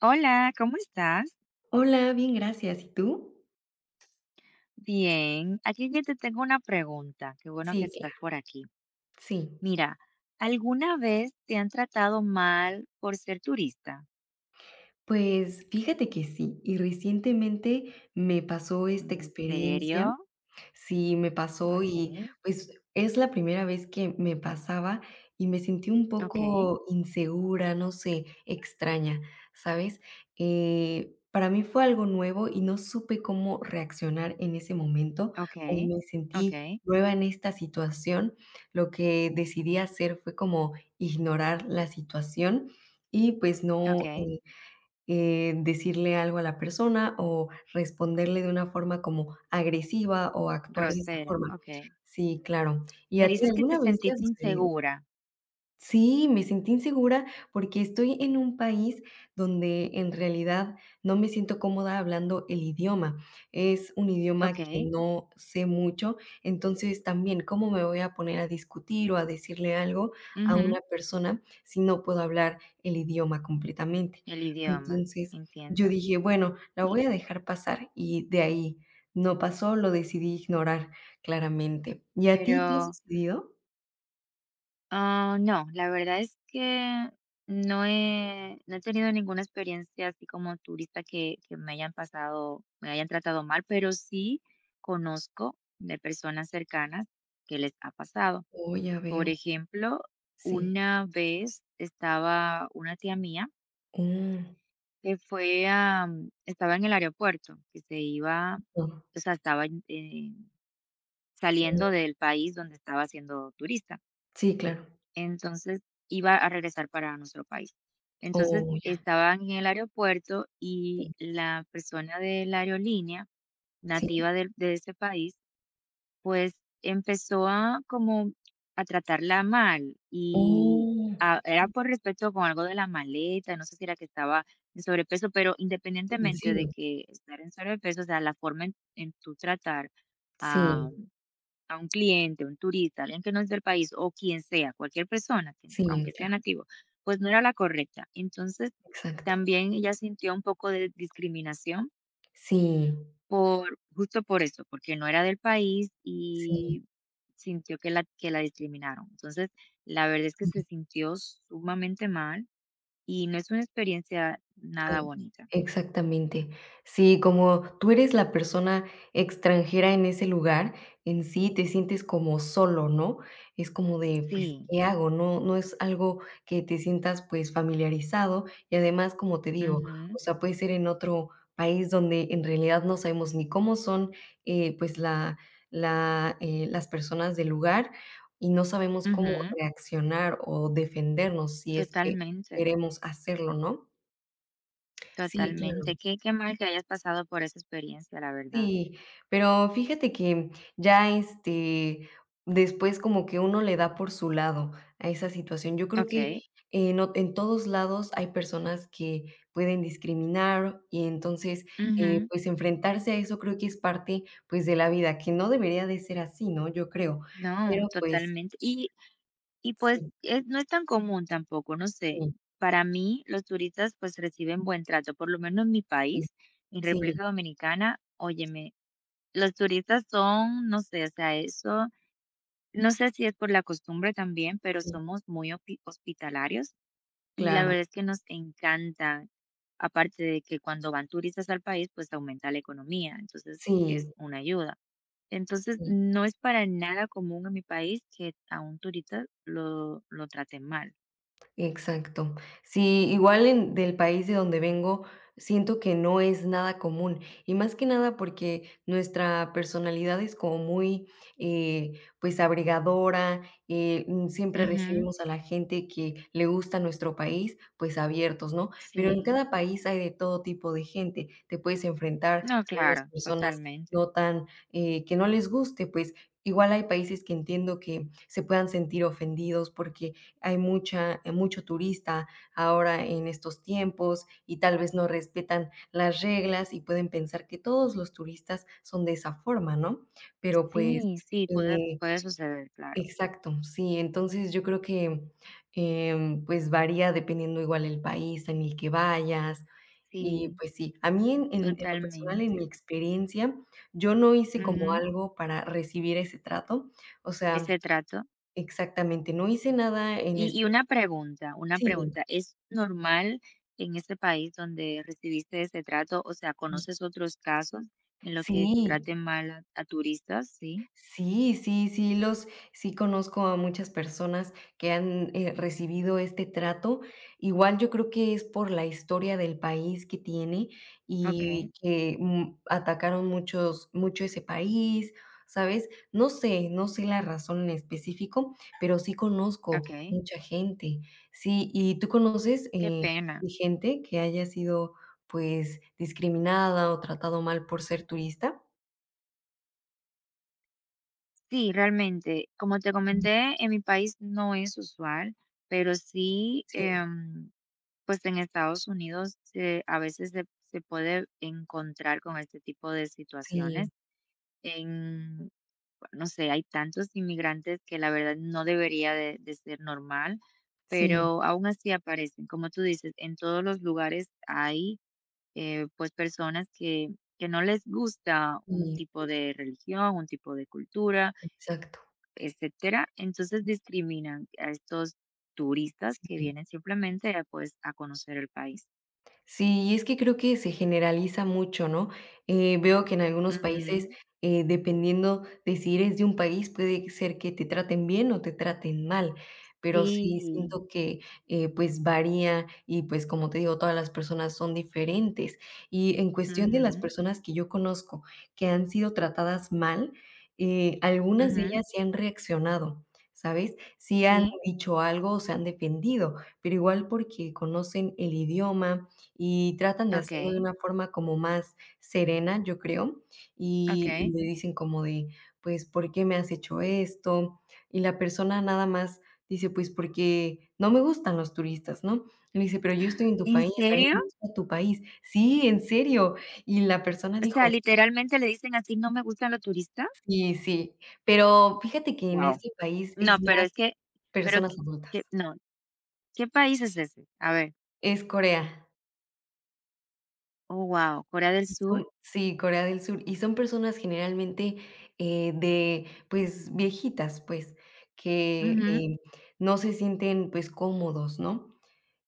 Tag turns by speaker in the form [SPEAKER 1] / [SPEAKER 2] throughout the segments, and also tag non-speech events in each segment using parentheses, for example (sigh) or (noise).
[SPEAKER 1] Hola, ¿cómo estás?
[SPEAKER 2] Hola, bien, gracias. ¿Y tú?
[SPEAKER 1] Bien, aquí yo te tengo una pregunta. Qué bueno que
[SPEAKER 2] Sí,
[SPEAKER 1] estás
[SPEAKER 2] claro,
[SPEAKER 1] por aquí.
[SPEAKER 2] sí.
[SPEAKER 1] Mira, ¿alguna vez te han tratado mal por ser turista?
[SPEAKER 2] Pues fíjate que sí, y recientemente me pasó esta
[SPEAKER 1] ¿En serio?
[SPEAKER 2] experiencia. Sí, me pasó y,
[SPEAKER 1] Okay,
[SPEAKER 2] pues, es la primera vez que me pasaba y me sentí un
[SPEAKER 1] okay,
[SPEAKER 2] poco insegura, no sé, extraña, ¿sabes? Para mí fue algo nuevo y no supe cómo reaccionar en ese momento, o
[SPEAKER 1] okay,
[SPEAKER 2] me sentí
[SPEAKER 1] okay,
[SPEAKER 2] nueva en esta situación. Lo que decidí hacer fue como ignorar la situación y, pues, no,
[SPEAKER 1] okay.
[SPEAKER 2] decirle algo a la persona o responderle de una forma como agresiva o actuar de esa
[SPEAKER 1] Grosera,
[SPEAKER 2] forma.
[SPEAKER 1] okay.
[SPEAKER 2] Sí, claro. ¿Y
[SPEAKER 1] Me
[SPEAKER 2] a ti
[SPEAKER 1] dices que te
[SPEAKER 2] alguna vez te ha
[SPEAKER 1] sentiste
[SPEAKER 2] sucedido?
[SPEAKER 1] insegura,
[SPEAKER 2] Sí, me sentí insegura porque estoy en un país donde en realidad no me siento cómoda hablando el idioma. Es un idioma que
[SPEAKER 1] okay.
[SPEAKER 2] no sé mucho, entonces también, ¿cómo me voy a poner a discutir o a decirle algo a una
[SPEAKER 1] Ujú.
[SPEAKER 2] persona si no puedo hablar el idioma completamente?
[SPEAKER 1] El idioma,
[SPEAKER 2] Entonces, yo
[SPEAKER 1] entiendo.
[SPEAKER 2] dije, bueno, la
[SPEAKER 1] Y,
[SPEAKER 2] voy a dejar pasar y de ahí no pasó, lo decidí ignorar claramente. ¿Y a ti te ha
[SPEAKER 1] pero
[SPEAKER 2] sucedido?
[SPEAKER 1] ah, no, la verdad es que no he tenido ninguna experiencia así como turista que me hayan pasado, me hayan tratado mal, pero sí conozco de personas cercanas que les ha pasado.
[SPEAKER 2] Oh, ya
[SPEAKER 1] Por
[SPEAKER 2] veo,
[SPEAKER 1] ejemplo,
[SPEAKER 2] sí.
[SPEAKER 1] una vez estaba una tía mía
[SPEAKER 2] Mm,
[SPEAKER 1] que fue a, estaba en el aeropuerto, que se iba,
[SPEAKER 2] no,
[SPEAKER 1] o sea, estaba
[SPEAKER 2] mm,
[SPEAKER 1] saliendo del país donde estaba siendo turista.
[SPEAKER 2] sí, claro.
[SPEAKER 1] Entonces, iba a regresar para nuestro país. Entonces,
[SPEAKER 2] Oh, ya,
[SPEAKER 1] estaban en el aeropuerto y
[SPEAKER 2] mm,
[SPEAKER 1] la persona de la aerolínea,
[SPEAKER 2] sí.
[SPEAKER 1] nativa del de ese país, pues, empezó a como a tratarla mal y,
[SPEAKER 2] Oh,
[SPEAKER 1] ah, era por respecto con algo de la maleta, no sé si era que estaba en sobrepeso, pero
[SPEAKER 2] ¿en
[SPEAKER 1] independientemente de
[SPEAKER 2] serio?
[SPEAKER 1] que estar en sobrepeso, o sea, la forma en tu tratar
[SPEAKER 2] Sí,
[SPEAKER 1] a a un cliente, un turista, alguien que no es del país o quien sea, cualquier persona, que,
[SPEAKER 2] sí,
[SPEAKER 1] aunque sea
[SPEAKER 2] ya,
[SPEAKER 1] nativo, pues no era la correcta. Entonces,
[SPEAKER 2] exacto.
[SPEAKER 1] también ella sintió un poco de discriminación
[SPEAKER 2] Sí,
[SPEAKER 1] por justo por eso, porque no era del país
[SPEAKER 2] sí,
[SPEAKER 1] y sintió que la discriminaron. Entonces, la verdad es que
[SPEAKER 2] mm.
[SPEAKER 1] se sintió sumamente mal y no es una experiencia nada
[SPEAKER 2] Sí,
[SPEAKER 1] bonita.
[SPEAKER 2] exactamente. Sí, como tú eres la persona extranjera en ese lugar, en sí te sientes como solo, ¿no? Es como de, pues,
[SPEAKER 1] Sí.
[SPEAKER 2] ¿qué hago? No, no es algo que te sientas pues familiarizado y además, como te digo, o
[SPEAKER 1] Ujú,
[SPEAKER 2] sea, puede ser en otro país donde en realidad no sabemos ni cómo son pues las personas del lugar y no sabemos cómo
[SPEAKER 1] ujú,
[SPEAKER 2] reaccionar o defendernos si es que
[SPEAKER 1] totalmente,
[SPEAKER 2] queremos hacerlo, ¿no? Sí, claro.
[SPEAKER 1] totalmente. Qué qué mal que hayas pasado por esa experiencia, la verdad.
[SPEAKER 2] Sí, pero fíjate que ya, este, después como que uno le da por su lado a esa situación. Yo creo que
[SPEAKER 1] Okey,
[SPEAKER 2] en todos lados hay personas que pueden discriminar y entonces,
[SPEAKER 1] ujú.
[SPEAKER 2] pues, enfrentarse a eso creo que es parte, pues, de la vida, que no debería de ser así, ¿no? Yo creo,
[SPEAKER 1] No,
[SPEAKER 2] pero pues
[SPEAKER 1] totalmente. Y, pues,
[SPEAKER 2] sí,
[SPEAKER 1] es no es tan común tampoco, no sé.
[SPEAKER 2] sí,
[SPEAKER 1] Para mí, los turistas, pues, reciben buen trato, por lo menos en mi
[SPEAKER 2] sí,
[SPEAKER 1] país, en
[SPEAKER 2] sí,
[SPEAKER 1] República Dominicana, óyeme, los turistas son, no sé, o sea, eso no sé si es por la costumbre también, pero
[SPEAKER 2] sí,
[SPEAKER 1] somos muy hospitalarios y la
[SPEAKER 2] claro,
[SPEAKER 1] verdad es que nos encanta, aparte de que cuando van turistas al país, pues, aumenta la economía, entonces
[SPEAKER 2] sí.
[SPEAKER 1] es una ayuda. Entonces,
[SPEAKER 2] Sí.
[SPEAKER 1] no es para nada común en mi país que a un turista lo traten mal.
[SPEAKER 2] Exacto. Sí, igual en del país de donde vengo, siento que no es nada común, y más que nada porque nuestra personalidad es como muy, eh, pues, abrigadora, siempre
[SPEAKER 1] Ujú.
[SPEAKER 2] recibimos a la gente que le gusta nuestro país, pues, abiertos, ¿no? Pero
[SPEAKER 1] Sí,
[SPEAKER 2] en cada país hay de todo tipo de gente. Te puedes enfrentar a
[SPEAKER 1] no,
[SPEAKER 2] unas
[SPEAKER 1] claro,
[SPEAKER 2] personas
[SPEAKER 1] totalmente.
[SPEAKER 2] no tan, que no les guste, pues, igual hay países que entiendo que se puedan sentir ofendidos porque hay mucha mucho turista ahora en estos tiempos y tal vez no respetan las reglas y pueden pensar que todos los turistas son de esa forma, ¿no? Pero pues,
[SPEAKER 1] Sí, sí, puede,
[SPEAKER 2] eh
[SPEAKER 1] puede suceder, claro.
[SPEAKER 2] exacto, sí, entonces yo creo que, pues varía dependiendo igual el país en el que vayas y
[SPEAKER 1] Sí,
[SPEAKER 2] pues sí, a mí en lo personal, en mi
[SPEAKER 1] totalmente.
[SPEAKER 2] experiencia, yo no hice como
[SPEAKER 1] Ujú.
[SPEAKER 2] algo para recibir ese trato, o sea
[SPEAKER 1] Ese trato.
[SPEAKER 2] exactamente, no hice nada en
[SPEAKER 1] Y
[SPEAKER 2] espe
[SPEAKER 1] una pregunta, una
[SPEAKER 2] sí.
[SPEAKER 1] pregunta. ¿Es normal en ese país donde recibiste ese trato? O sea,
[SPEAKER 2] Y
[SPEAKER 1] ¿conoces otros casos en los que
[SPEAKER 2] sí,
[SPEAKER 1] traten mal a turistas? Sí.
[SPEAKER 2] sí, sí, sí, los sí conozco a muchas personas que han, recibido este trato. Igual yo creo que es por la historia del país que tiene
[SPEAKER 1] Ok,
[SPEAKER 2] y que, mm, atacaron mucho ese país, ¿sabes? No sé, no sé la razón en específico, pero sí conozco
[SPEAKER 1] ok.
[SPEAKER 2] mucha gente. Sí, ¿y tú conoces,
[SPEAKER 1] Qué pena.
[SPEAKER 2] gente que haya sido, pues, discriminada o tratado mal por ser turista?
[SPEAKER 1] Sí, realmente, como te comenté, en mi país no es usual, pero sí,
[SPEAKER 2] Sí,
[SPEAKER 1] em, pues en Estados Unidos se- a veces se, se puede encontrar con este tipo de
[SPEAKER 2] sí,
[SPEAKER 1] situaciones. En, no sé, hay tantos inmigrantes que la verdad no debería de ser normal,
[SPEAKER 2] sí,
[SPEAKER 1] pero aún así aparecen. Como tú dices, en todos los lugares hay pues personas que no les gusta un
[SPEAKER 2] sí,
[SPEAKER 1] tipo de religión, un tipo de cultura,
[SPEAKER 2] exacto,
[SPEAKER 1] etcétera. Entonces discriminan a estos turistas que
[SPEAKER 2] sí.
[SPEAKER 1] vienen simplemente a, pues, a conocer el país.
[SPEAKER 2] Sí, y es que creo que se generaliza mucho, ¿no? Veo que en algunos países,
[SPEAKER 1] Ujú.
[SPEAKER 2] dependiendo de si eres de un país, puede ser que te traten bien o te traten mal, pero sí
[SPEAKER 1] Sí.
[SPEAKER 2] siento que, pues, varía y, pues, como te digo, todas las personas son diferentes. Y en cuestión de las
[SPEAKER 1] Ujú,
[SPEAKER 2] personas que yo conozco que han sido tratadas mal, algunas de
[SPEAKER 1] ujú.
[SPEAKER 2] ellas sí han reaccionado, ¿sabes? Sí han
[SPEAKER 1] Sí,
[SPEAKER 2] dicho algo o se han defendido, pero igual porque conocen el idioma, y tratan de hacerlo de
[SPEAKER 1] okey,
[SPEAKER 2] una forma como más serena, yo creo, y
[SPEAKER 1] okey.
[SPEAKER 2] le dicen como de, pues, ¿por qué me has hecho esto? Y la persona nada más dice, pues, porque no me gustan los turistas, ¿no? Y le dice, pero yo estoy en tu
[SPEAKER 1] ¿En
[SPEAKER 2] país, a mí
[SPEAKER 1] serio?
[SPEAKER 2] me gusta tu país. Sí, en serio. Y la persona
[SPEAKER 1] O sea,
[SPEAKER 2] dijo,
[SPEAKER 1] literalmente le dicen así: "No me gustan los turistas".
[SPEAKER 2] sí, sí, pero fíjate que en
[SPEAKER 1] Wow.
[SPEAKER 2] este país
[SPEAKER 1] No,
[SPEAKER 2] es
[SPEAKER 1] pero
[SPEAKER 2] más
[SPEAKER 1] es que pero
[SPEAKER 2] personas
[SPEAKER 1] que
[SPEAKER 2] adultas,
[SPEAKER 1] no, ¿qué país es ese? A ver.
[SPEAKER 2] es Corea.
[SPEAKER 1] Oh, wow, Corea del
[SPEAKER 2] Y
[SPEAKER 1] Sur.
[SPEAKER 2] son sí, Corea del Sur, y son personas generalmente, de, pues, viejitas, pues, que,
[SPEAKER 1] Ujú.
[SPEAKER 2] no se sienten, pues, cómodos, ¿no?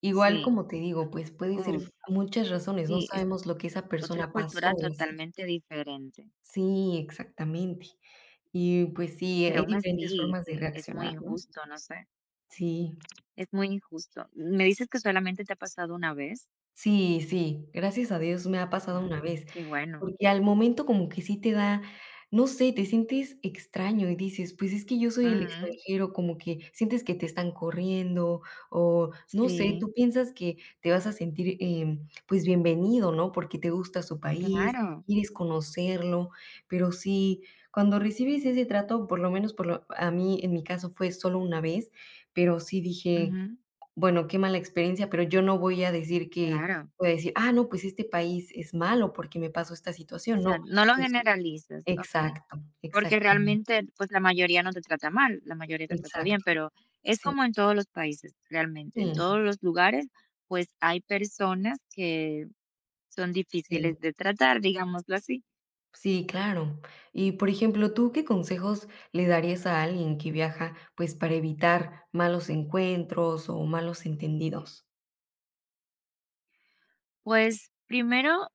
[SPEAKER 2] Igual,
[SPEAKER 1] Sí.
[SPEAKER 2] como te digo, pues, puede ser
[SPEAKER 1] Uf,
[SPEAKER 2] muchas razones, no
[SPEAKER 1] sí, es
[SPEAKER 2] sabemos lo que esa
[SPEAKER 1] otra
[SPEAKER 2] persona pasó
[SPEAKER 1] cultura
[SPEAKER 2] o así.
[SPEAKER 1] totalmente diferente.
[SPEAKER 2] Sí, exactamente. Y, pues sí,
[SPEAKER 1] Pero
[SPEAKER 2] hay
[SPEAKER 1] aún
[SPEAKER 2] diferentes
[SPEAKER 1] así,
[SPEAKER 2] formas de
[SPEAKER 1] que es muy
[SPEAKER 2] reaccionar, ¿no?
[SPEAKER 1] injusto, no sé,
[SPEAKER 2] Sí,
[SPEAKER 1] es muy injusto. Me dices que solamente te ha pasado una vez.
[SPEAKER 2] sí, sí, gracias a Dios me ha pasado
[SPEAKER 1] Ay,
[SPEAKER 2] una vez.
[SPEAKER 1] qué bueno.
[SPEAKER 2] Porque al momento como que sí te da, no sé, te sientes extraño y dices: "Pues es que yo soy el
[SPEAKER 1] Ujú.
[SPEAKER 2] extranjero", como que sientes que te están corriendo o no sé, tú
[SPEAKER 1] Sí,
[SPEAKER 2] piensas que te vas a sentir, pues bienvenido, ¿no? Porque te gusta su país,
[SPEAKER 1] claro.
[SPEAKER 2] quieres conocerlo, pero sí, cuando recibes ese trato, por lo menos por lo a mí en mi caso fue solo una vez, pero sí dije:
[SPEAKER 1] Ujú,
[SPEAKER 2] bueno, qué mala experiencia, pero yo no voy a decir que
[SPEAKER 1] claro.
[SPEAKER 2] voy a decir: "Ah, no, pues este país es malo porque me pasó esta
[SPEAKER 1] O
[SPEAKER 2] situación",
[SPEAKER 1] sea,
[SPEAKER 2] no.
[SPEAKER 1] no lo
[SPEAKER 2] Entonces
[SPEAKER 1] generalizas, ok.
[SPEAKER 2] exacto,
[SPEAKER 1] Porque
[SPEAKER 2] exactamente,
[SPEAKER 1] realmente, pues la mayoría no te trata mal, la mayoría te trata bien,
[SPEAKER 2] exacto.
[SPEAKER 1] pero es
[SPEAKER 2] Sí,
[SPEAKER 1] como en todos los países, realmente. En
[SPEAKER 2] sí,
[SPEAKER 1] todos los lugares, pues hay personas que son
[SPEAKER 2] sí,
[SPEAKER 1] difíciles de tratar, digámoslo así.
[SPEAKER 2] sí, claro. Y, por ejemplo, ¿tú qué consejos le darías a alguien que viaja, pues, para evitar malos encuentros o malos entendidos?
[SPEAKER 1] Pues primero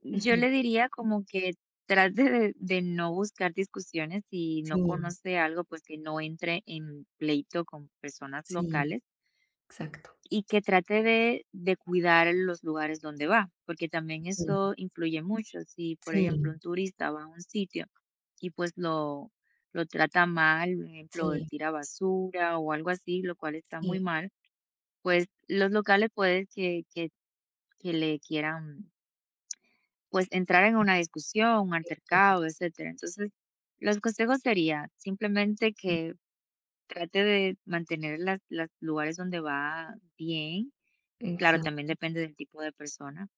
[SPEAKER 1] yo
[SPEAKER 2] Ujú.
[SPEAKER 1] le diría como que trate de no buscar discusiones si no
[SPEAKER 2] Sí,
[SPEAKER 1] conoce algo, pues que no entre en pleito con personas
[SPEAKER 2] sí,
[SPEAKER 1] locales
[SPEAKER 2] exacto.
[SPEAKER 1] y que trate de cuidar los lugares donde va, porque también eso
[SPEAKER 2] Ujú.
[SPEAKER 1] influye mucho. Si, por ejemplo,
[SPEAKER 2] Sí,
[SPEAKER 1] un turista va a un sitio y pues lo trata mal, por ejemplo, él
[SPEAKER 2] sí,
[SPEAKER 1] tira basura o algo así, lo cual está
[SPEAKER 2] sí,
[SPEAKER 1] muy mal, pues los locales puede que le quieran pues, entrar en una discusión, un
[SPEAKER 2] exacto,
[SPEAKER 1] altercado, etcétera. Entonces, los consejos sería, simplemente
[SPEAKER 2] sí,
[SPEAKER 1] que trate de mantener los las lugares donde va bien. Claro,
[SPEAKER 2] exacto,
[SPEAKER 1] también depende del tipo de persona.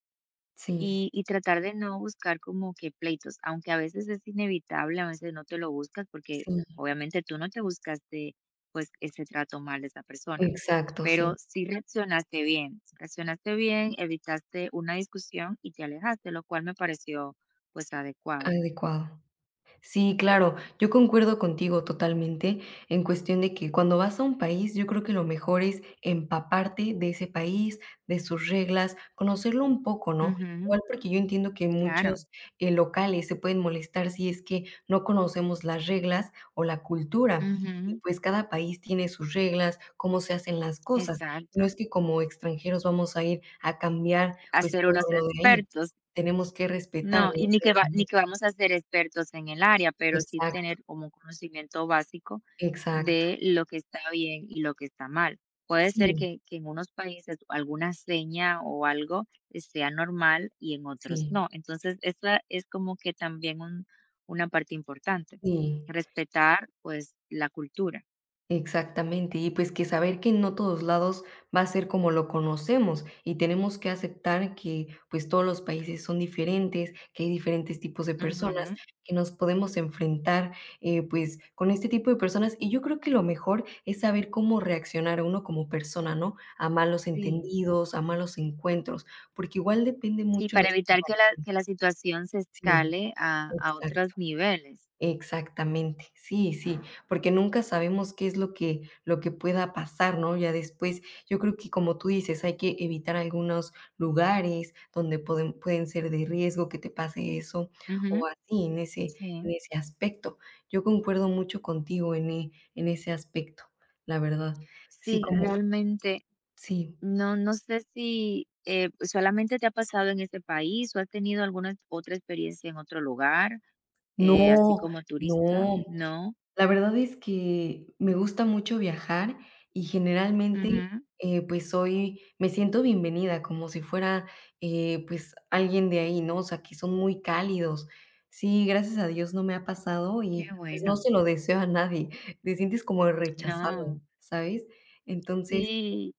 [SPEAKER 2] sí,
[SPEAKER 1] Y tratar de no buscar como que pleitos, aunque a veces es inevitable, a veces no te lo buscas, porque
[SPEAKER 2] sí.
[SPEAKER 1] obviamente tú no te buscaste, pues, ese trato mal de esa persona,
[SPEAKER 2] Exacto,
[SPEAKER 1] pero
[SPEAKER 2] sí,
[SPEAKER 1] sí reaccionaste bien, evitaste una discusión y te alejaste, lo cual me pareció, pues, adecuado.
[SPEAKER 2] adecuado. Sí, claro, yo concuerdo contigo totalmente en cuestión de que cuando vas a un país, yo creo que lo mejor es empaparte de ese país, de sus reglas, conocerlo un poco, ¿no?
[SPEAKER 1] Ujú,
[SPEAKER 2] Igual porque yo entiendo que
[SPEAKER 1] claro.
[SPEAKER 2] muchos locales se pueden molestar si es que no conocemos las reglas o la cultura. Y
[SPEAKER 1] Ujú,
[SPEAKER 2] pues cada país tiene sus reglas, cómo se hacen las cosas. No
[SPEAKER 1] exacto.
[SPEAKER 2] es que como extranjeros vamos a ir a cambiar pues
[SPEAKER 1] Hacer
[SPEAKER 2] todo
[SPEAKER 1] unos
[SPEAKER 2] lo de ahí.
[SPEAKER 1] expertos.
[SPEAKER 2] Tenemos que respetar,
[SPEAKER 1] No,
[SPEAKER 2] ¿no?
[SPEAKER 1] y ni que
[SPEAKER 2] Claro,
[SPEAKER 1] va
[SPEAKER 2] ¿no?
[SPEAKER 1] ni que vamos a ser expertos en el área, pero sí
[SPEAKER 2] Exacto,
[SPEAKER 1] tener como un conocimiento básico
[SPEAKER 2] exacto.
[SPEAKER 1] de lo que está bien y lo que está mal. Puede ser
[SPEAKER 2] Sí,
[SPEAKER 1] que en unos países alguna seña o algo sea normal y en otros
[SPEAKER 2] sí,
[SPEAKER 1] no. Entonces, esa es como que también un una parte importante,
[SPEAKER 2] sí,
[SPEAKER 1] respetar, pues, la cultura.
[SPEAKER 2] exactamente. Y pues que saber que no todos lados va a ser como lo conocemos y tenemos que aceptar que pues todos los países son diferentes, que hay diferentes tipos de personas,
[SPEAKER 1] Ujú,
[SPEAKER 2] que nos podemos enfrentar pues con este tipo de personas. Y yo creo que lo mejor es saber cómo reaccionar uno como persona, ¿no? A malos
[SPEAKER 1] sí.
[SPEAKER 2] entendidos, a malos encuentros, porque igual depende
[SPEAKER 1] Sí,
[SPEAKER 2] mucho
[SPEAKER 1] para
[SPEAKER 2] nuestra
[SPEAKER 1] evitar que la
[SPEAKER 2] reacción.
[SPEAKER 1] que la situación se
[SPEAKER 2] Sí,
[SPEAKER 1] escale a otros
[SPEAKER 2] exacto.
[SPEAKER 1] niveles.
[SPEAKER 2] Exactamente, sí, sí, porque nunca sabemos qué es lo que pueda pasar, ¿no? Ya después, yo creo que como tú dices, hay que evitar algunos lugares donde pueden ser de riesgo que te pase eso
[SPEAKER 1] Ujú,
[SPEAKER 2] o así, en
[SPEAKER 1] sí.
[SPEAKER 2] ese aspecto. Yo concuerdo mucho contigo en en ese aspecto, la verdad. Sí,
[SPEAKER 1] Sí,
[SPEAKER 2] como
[SPEAKER 1] realmente
[SPEAKER 2] sí.
[SPEAKER 1] no no sé si, solamente te ha pasado en ese país o has tenido alguna otra experiencia en otro lugar, así
[SPEAKER 2] No,
[SPEAKER 1] como turista,
[SPEAKER 2] no.
[SPEAKER 1] ¿no?
[SPEAKER 2] La verdad es que me gusta mucho viajar y generalmente,
[SPEAKER 1] Ujú,
[SPEAKER 2] pues soy me siento bienvenida, como si fuera, pues alguien de ahí, ¿no? O sea, que son muy cálidos. Sí, gracias a Dios no me ha pasado
[SPEAKER 1] qué
[SPEAKER 2] y, pues, no
[SPEAKER 1] bueno.
[SPEAKER 2] se lo deseo a nadie. Te sientes como rechazado,
[SPEAKER 1] No,
[SPEAKER 2] ¿sabes? Entonces,
[SPEAKER 1] sí,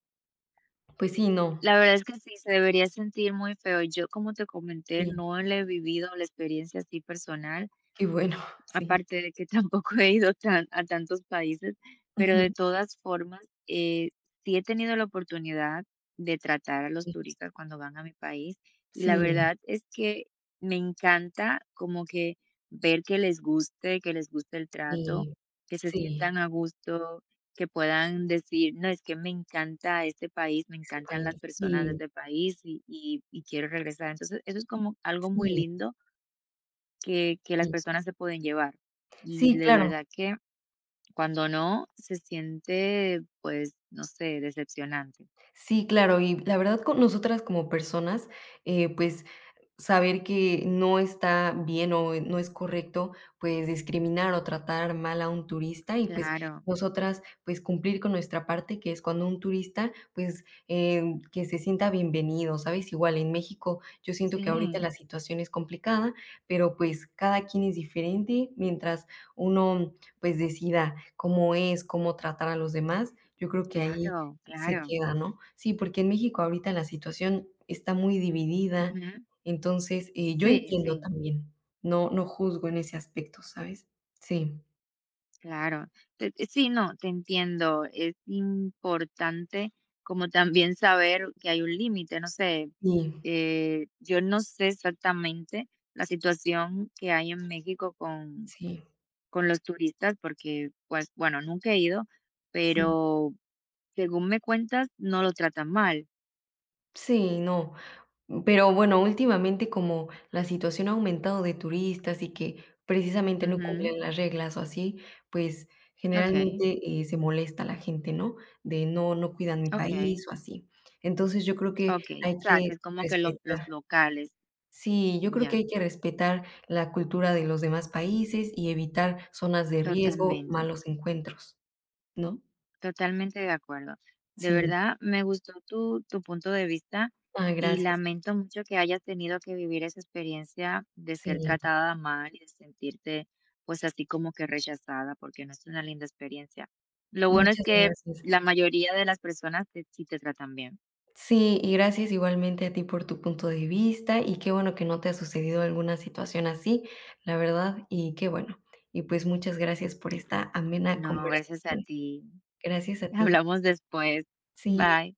[SPEAKER 2] pues sí, no.
[SPEAKER 1] la verdad es que sí, se debería sentir muy feo. Yo, como te comenté,
[SPEAKER 2] Sí,
[SPEAKER 1] no le he vivido la experiencia así personal.
[SPEAKER 2] qué bueno, (laughs) sí.
[SPEAKER 1] Aparte de que (laughs) tampoco he ido tan a tantos países, pero de
[SPEAKER 2] Ujú,
[SPEAKER 1] todas formas, eh, sí he tenido la oportunidad de tratar a los
[SPEAKER 2] sí.
[SPEAKER 1] turistas cuando van a mi país, y la
[SPEAKER 2] Sí,
[SPEAKER 1] verdad es que me encanta como que ver que les guste el trato,
[SPEAKER 2] sí,
[SPEAKER 1] que se
[SPEAKER 2] sí,
[SPEAKER 1] sientan a gusto, que puedan decir: "No, es que me encanta este país, me
[SPEAKER 2] ese
[SPEAKER 1] encantan las
[SPEAKER 2] país.
[SPEAKER 1] personas de
[SPEAKER 2] Sí,
[SPEAKER 1] este país y quiero regresar". Entonces, eso es como algo muy
[SPEAKER 2] sí,
[SPEAKER 1] lindo que las
[SPEAKER 2] sí.
[SPEAKER 1] personas se pueden llevar. Y
[SPEAKER 2] Sí,
[SPEAKER 1] de
[SPEAKER 2] claro.
[SPEAKER 1] verdad que cuando no, se siente, pues, no sé, decepcionante.
[SPEAKER 2] Sí, claro, y la verdad con nosotras como personas, pues saber que no está bien o no es correcto, pues, discriminar o tratar mal a un turista y, pues,
[SPEAKER 1] Claro,
[SPEAKER 2] nosotras, pues, cumplir con nuestra parte, que es cuando un turista, pues, que se sienta bienvenido, ¿sabes? Igual en México, yo siento que ahorita la
[SPEAKER 1] sí,
[SPEAKER 2] situación es complicada, pero, pues, cada quien es diferente, mientras uno, pues, decida cómo es, cómo tratar a los demás, yo creo que ahí
[SPEAKER 1] claro,
[SPEAKER 2] se
[SPEAKER 1] claro.
[SPEAKER 2] queda, ¿no? Sí, porque en México ahorita la situación está muy dividida,
[SPEAKER 1] Ujú.
[SPEAKER 2] entonces, yo
[SPEAKER 1] Sí, sí,
[SPEAKER 2] entiendo también, no juzgo en ese aspecto, ¿sabes? Sí,
[SPEAKER 1] claro. Te te- sí, no, te entiendo. Es importante como también saber que hay un límite, no sé,
[SPEAKER 2] sí,
[SPEAKER 1] yo no sé exactamente la situación que hay en México
[SPEAKER 2] sí,
[SPEAKER 1] con los turistas porque, pues, bueno, nunca he ido,
[SPEAKER 2] sí,
[SPEAKER 1] pero según me cuentas, no lo tratan mal.
[SPEAKER 2] sí, no. Pero bueno, últimamente como la situación ha aumentado de turistas y que precisamente no
[SPEAKER 1] Ujú.
[SPEAKER 2] cumplen las reglas o así, pues
[SPEAKER 1] Okey,
[SPEAKER 2] generalmente, se molesta la gente, ¿no? De no cuidan mi
[SPEAKER 1] okey,
[SPEAKER 2] país o así. Entonces, yo creo que
[SPEAKER 1] okey.
[SPEAKER 2] hay
[SPEAKER 1] O sea, que
[SPEAKER 2] que
[SPEAKER 1] es como que lo los
[SPEAKER 2] respetar.
[SPEAKER 1] locales.
[SPEAKER 2] Sí, yo creo que
[SPEAKER 1] Ya,
[SPEAKER 2] hay que respetar la cultura de los demás países y evitar zonas de riesgo,
[SPEAKER 1] totalmente.
[SPEAKER 2] malos encuentros, ¿no?
[SPEAKER 1] Totalmente de acuerdo. De
[SPEAKER 2] Sí.
[SPEAKER 1] verdad, me gustó tu, tu punto de vista
[SPEAKER 2] Ah,
[SPEAKER 1] y
[SPEAKER 2] gracias.
[SPEAKER 1] lamento mucho que hayas tenido que vivir esa experiencia de ser
[SPEAKER 2] Sí,
[SPEAKER 1] tratada mal y de sentirte pues así como que rechazada, porque no es una linda experiencia. Lo bueno es
[SPEAKER 2] muchas
[SPEAKER 1] que
[SPEAKER 2] gracias.
[SPEAKER 1] la mayoría de las personas te, sí te tratan bien.
[SPEAKER 2] Sí, y gracias igualmente a ti por tu punto de vista y qué bueno que no te ha sucedido alguna situación así, la verdad, y qué bueno. Y pues muchas gracias por esta amena
[SPEAKER 1] No, gracias a
[SPEAKER 2] conversación.
[SPEAKER 1] ti.
[SPEAKER 2] Gracias
[SPEAKER 1] (laughs)
[SPEAKER 2] a ti.
[SPEAKER 1] Hablamos después.
[SPEAKER 2] Sí.
[SPEAKER 1] Bye.